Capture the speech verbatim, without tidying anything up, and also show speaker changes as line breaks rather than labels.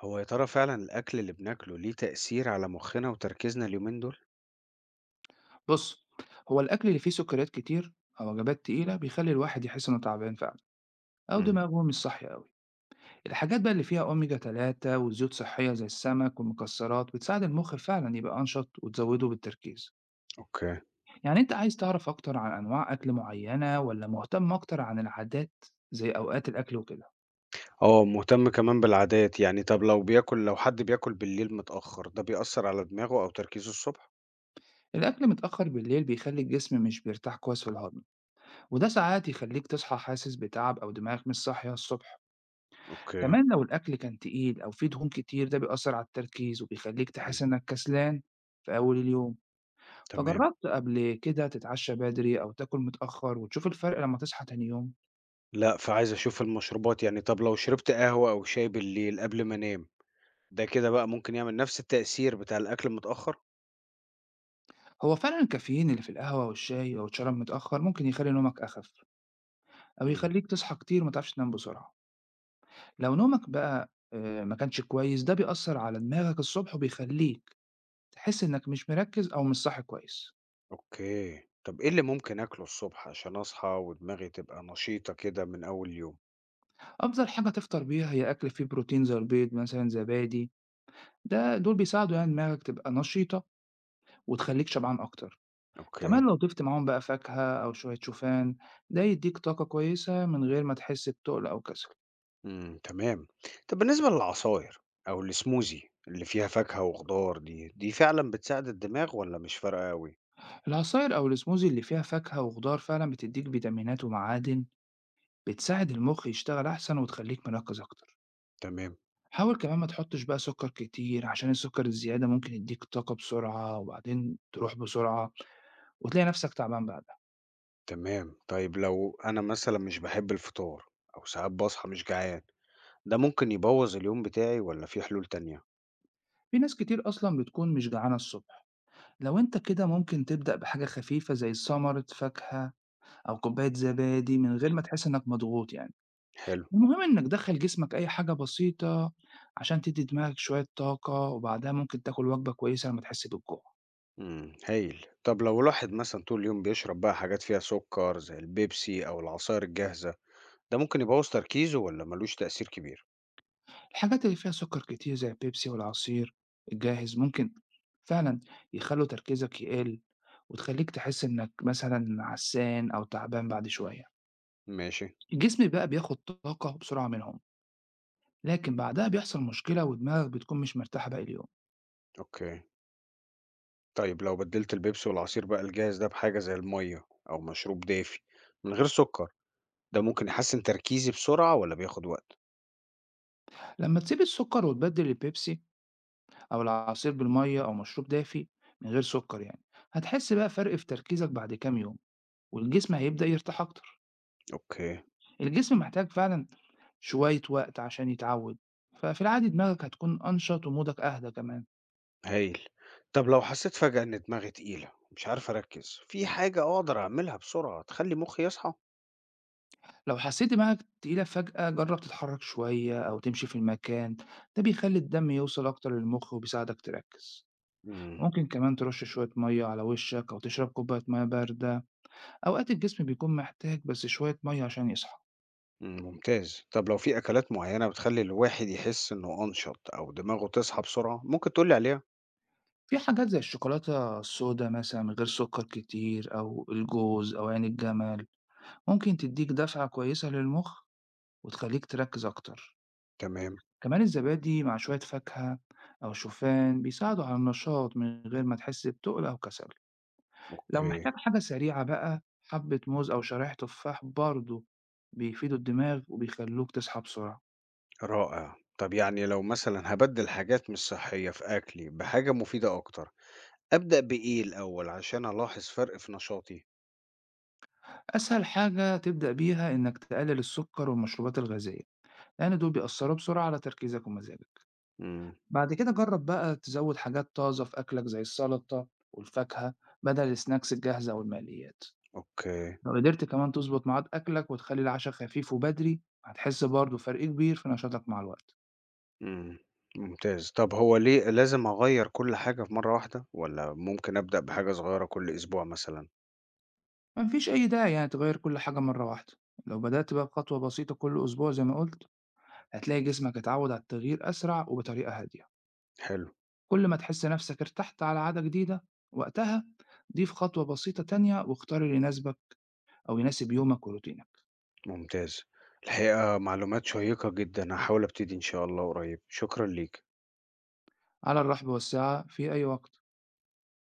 هو يا ترى فعلا الأكل اللي بناكله ليه تأثير على مخنا وتركيزنا اليومين دول؟
بص، هو الأكل اللي فيه سكريات كتير أو وجبات تقيلة بيخلي الواحد يحس إنه تعبان فعلا، أو
امم
دماغه مش صحي أوي. الحاجات بقى اللي فيها أوميجا ثلاثة وزيوت صحية زي السمك والمكسرات بتساعد المخ فعلا يبقى أنشط وتزوده بالتركيز.
اوكي.
يعني أنت عايز تعرف أكتر عن أنواع أكل معينة ولا مهتم أكتر عن العادات، زي أوقات الأكل وكده؟
اه، مهتم كمان بالعادات. يعني طب لو بياكل لو حد بياكل بالليل متأخر، ده بيأثر على دماغه أو تركيزه الصبح؟
الأكل متأخر بالليل بيخلي الجسم مش بيرتاح كويس في الهضم، وده ساعات يخليك تصحى حاسس بتعب أو دماغك مش صاحية الصبح.
اوكي.
كمان لو الأكل كان تقيل أو فيه دهون كتير، ده بيأثر على التركيز وبيخليك
مم.
تحس إنك كسلان في أول اليوم.
تمام.
فجربت قبل كده تتعشى بدري أو تاكل متأخر وتشوف الفرق لما تصحى تاني يوم؟
لا، فعايز أشوف المشروبات. يعني طب لو شربت قهوة أو شاي بالليل قبل ما أنام، ده كده بقى ممكن يعمل نفس التأثير بتاع الأكل متأخر؟
هو فعلا الكافيين اللي في القهوة والشاي أو اتشرب متأخر ممكن يخلي نومك أخف، أو
امم
يخليك تصحى كتير وما تعرفش تنام بسرعة. لو نومك بقى آه، ما كانش كويس، ده بيأثر على دماغك الصبح وبيخليك تحس إنك مش مركز أو مش صاحي كويس.
اوكي. طب إيه اللي ممكن أكله الصبح عشان أصحى ودماغي تبقى نشيطة كده من أول يوم؟
أفضل حاجة تفطر بيها هي أكل فيه بروتين زي البيض مثلا، زبادي، ده دول بيساعدوا يعني دماغك تبقى نشيطة وتخلّيك شبعان أكتر. كمان
اوكي.
لو ضِفت معاهم بقى فاكهة أو شوية شوفان، ده يدّيك طاقة كويسة من غير ما تحس بتُقل أو كسل.
إمم، تمام. طب بالنسبة للعصاير أو السموزي اللي فيها فاكهة وخضار، دي، دي فعلًا بتساعد الدماغ والّا مش فارقة أوي؟
العصاير أو السموزي اللي فيها فاكهة وخضار فعلًا بتدّيك فيتامينات ومعادن، بتساعد المخ يشتغل أحسن وتخلّيك مركّز أكتر.
تمام.
حاول كمان ما تحطّش بقى سُكّر كتير، عشان السُكّر الزيادة ممكن يدّيك طاقة بسرعة وبعدين تروح بسرعة وتلاقي نَفْسك تعبان بعدها.
تمام. طيب لو أنا مثلًا مش باحب الفطار أو ساعات باصحى مش جعان، ده ممكن يبوظ اليوم بتاعي والّا في حلول تانية؟
في ناس كتير أصلًا بتكون مش جعانة الصبح. لو انت كده ممكن تبدأ بحاجة خفيفة زي ثمرة فاكهة أو كوباية زبادي، من غير ما تحس إنك مضغوط يعني.
حلو.
المهم إنك دخل جسمك أي حاجة بسيطة عشان تدي دماغك شوية طاقة، وبعدها ممكن تاكل وجبة كويسة لما تحس بالجوع.
إمم، هايل. طب لو الواحد مثلًا طول اليوم بيشرب بقى حاجات فيها سكر زي البيبسي أو العصاير الجاهزة، ده ممكن يبوظ تركيزه والّا مالوش تأثير كبير؟
الحاجات اللي فيها سكر كتير زي البيبسي والعصير الجاهز ممكن فعلا يخلوا تركيزك يقل، وتخليك تحس إنك مثلا عسان أو تعبان بعد شوية.
ماشي.
الجسم بقى بياخد طاقة بسرعة منهم، لكن بعدها بيحصل مشكلة ودماغك بتكون مش مرتاحة باقي اليوم.
أوكي. طيب لو بدلت البيبسي والعصير بقى الجاهز ده بحاجة زي المية أو مشروب دافي من غير سكر، ده ممكن يحسن تركيزي بسرعة ولا بياخد وقت؟
لما تسيب السكر وتبدل البيبسي أو العصير بالمية أو مشروب دافي من غير سكر يعني، هتحس بقى فرق في تركيزك بعد كام يوم، والجسم هيبدأ يرتاح أكتر.
أوكي.
الجسم محتاج فعلا شوية وقت عشان يتعود، ففي العادي دماغك هتكون أنشط ومودك أهدى كمان.
هايل. طب لو حسيت فجأة إن دماغي تقيلة، مش عارف أركز في حاجة، أقدر أعملها بسرعة تخلي مخي يصحى؟
لو حسيت دماغك تقيلة فجأة، جرب تتحرك شوية أو تمشي في المكان، ده بيخلي الدم يوصل أكتر للمخ وبيساعدك تركز.
مم.
ممكن كمان ترش شوية مية على وشك أو تشرب كوباية مية باردة، أوقات الجسم بيكون محتاج بس شوية مية عشان يصحى.
مم، ممتاز. طب لو في أكلات معينة بتخلي الواحد يحس إنه أنشط أو دماغه تصحى بسرعة، ممكن تقولي عليها؟
في حاجات زي الشوكولاتة السوداء مثلا من غير سكر كتير، أو الجوز أو عين الجمل، ممكن تديك دفعة كويسة للمخ وتخليك تركز أكتر.
تمام.
كمان الزبادي مع شوية فاكهة أو شوفان بيساعدوا على النشاط من غير ما تحس بتقل أو كسل. لو
أوكي.
محتاج حاجة سريعة بقى، حبة موز أو شرايح تفاح برضه بيفيدوا الدماغ وبيخلوك تصحى بسرعة.
رائع. طب يعني لو مثلا هبدل حاجات مش صحية في أكلي بحاجة مفيدة أكتر، أبدأ بإيه الأول عشان ألاحظ فرق في نشاطي؟
أسهل حاجة تبدأ بيها إنك تقلل السكر والمشروبات الغازية، لأن دول بيأثروا بسرعة على تركيزك ومزاجك.
إمم،
بعد كده جرب بقى تزود حاجات طازة في أكلك زي السلطة والفاكهة، بدل السناكس الجاهزة والمقليات.
أوكي.
لو قدرت كمان تظبط ميعاد أكلك وتخلي العشاء خفيف وبدري، هتحس برضه فرق كبير في نشاطك مع الوقت.
إمم، ممتاز. طب هو ليه لازم أغيّر كل حاجة في مرّة واحدة والّا ممكن أبدأ بحاجة صغيرة كل أسبوع مثلًا؟
مفيش أي داعي يعني تغير كل حاجة مرة واحدة. لو بدأت بقى بخطوة بسيطة كل أسبوع زي ما قلت، هتلاقي جسمك اتعود على التغيير أسرع وبطريقة هادية.
حلو.
كل ما تحس نفسك ارتحت على عادة جديدة، وقتها ضيف خطوة بسيطة تانية واختار اللي يناسبك أو يناسب يومك وروتينك.
ممتاز. الحقيقة معلومات شيّقة جدًا، هاحاول أبتدي إن شاء الله قريب. شكرًا ليك.
على الرحب والسعة في أي وقت.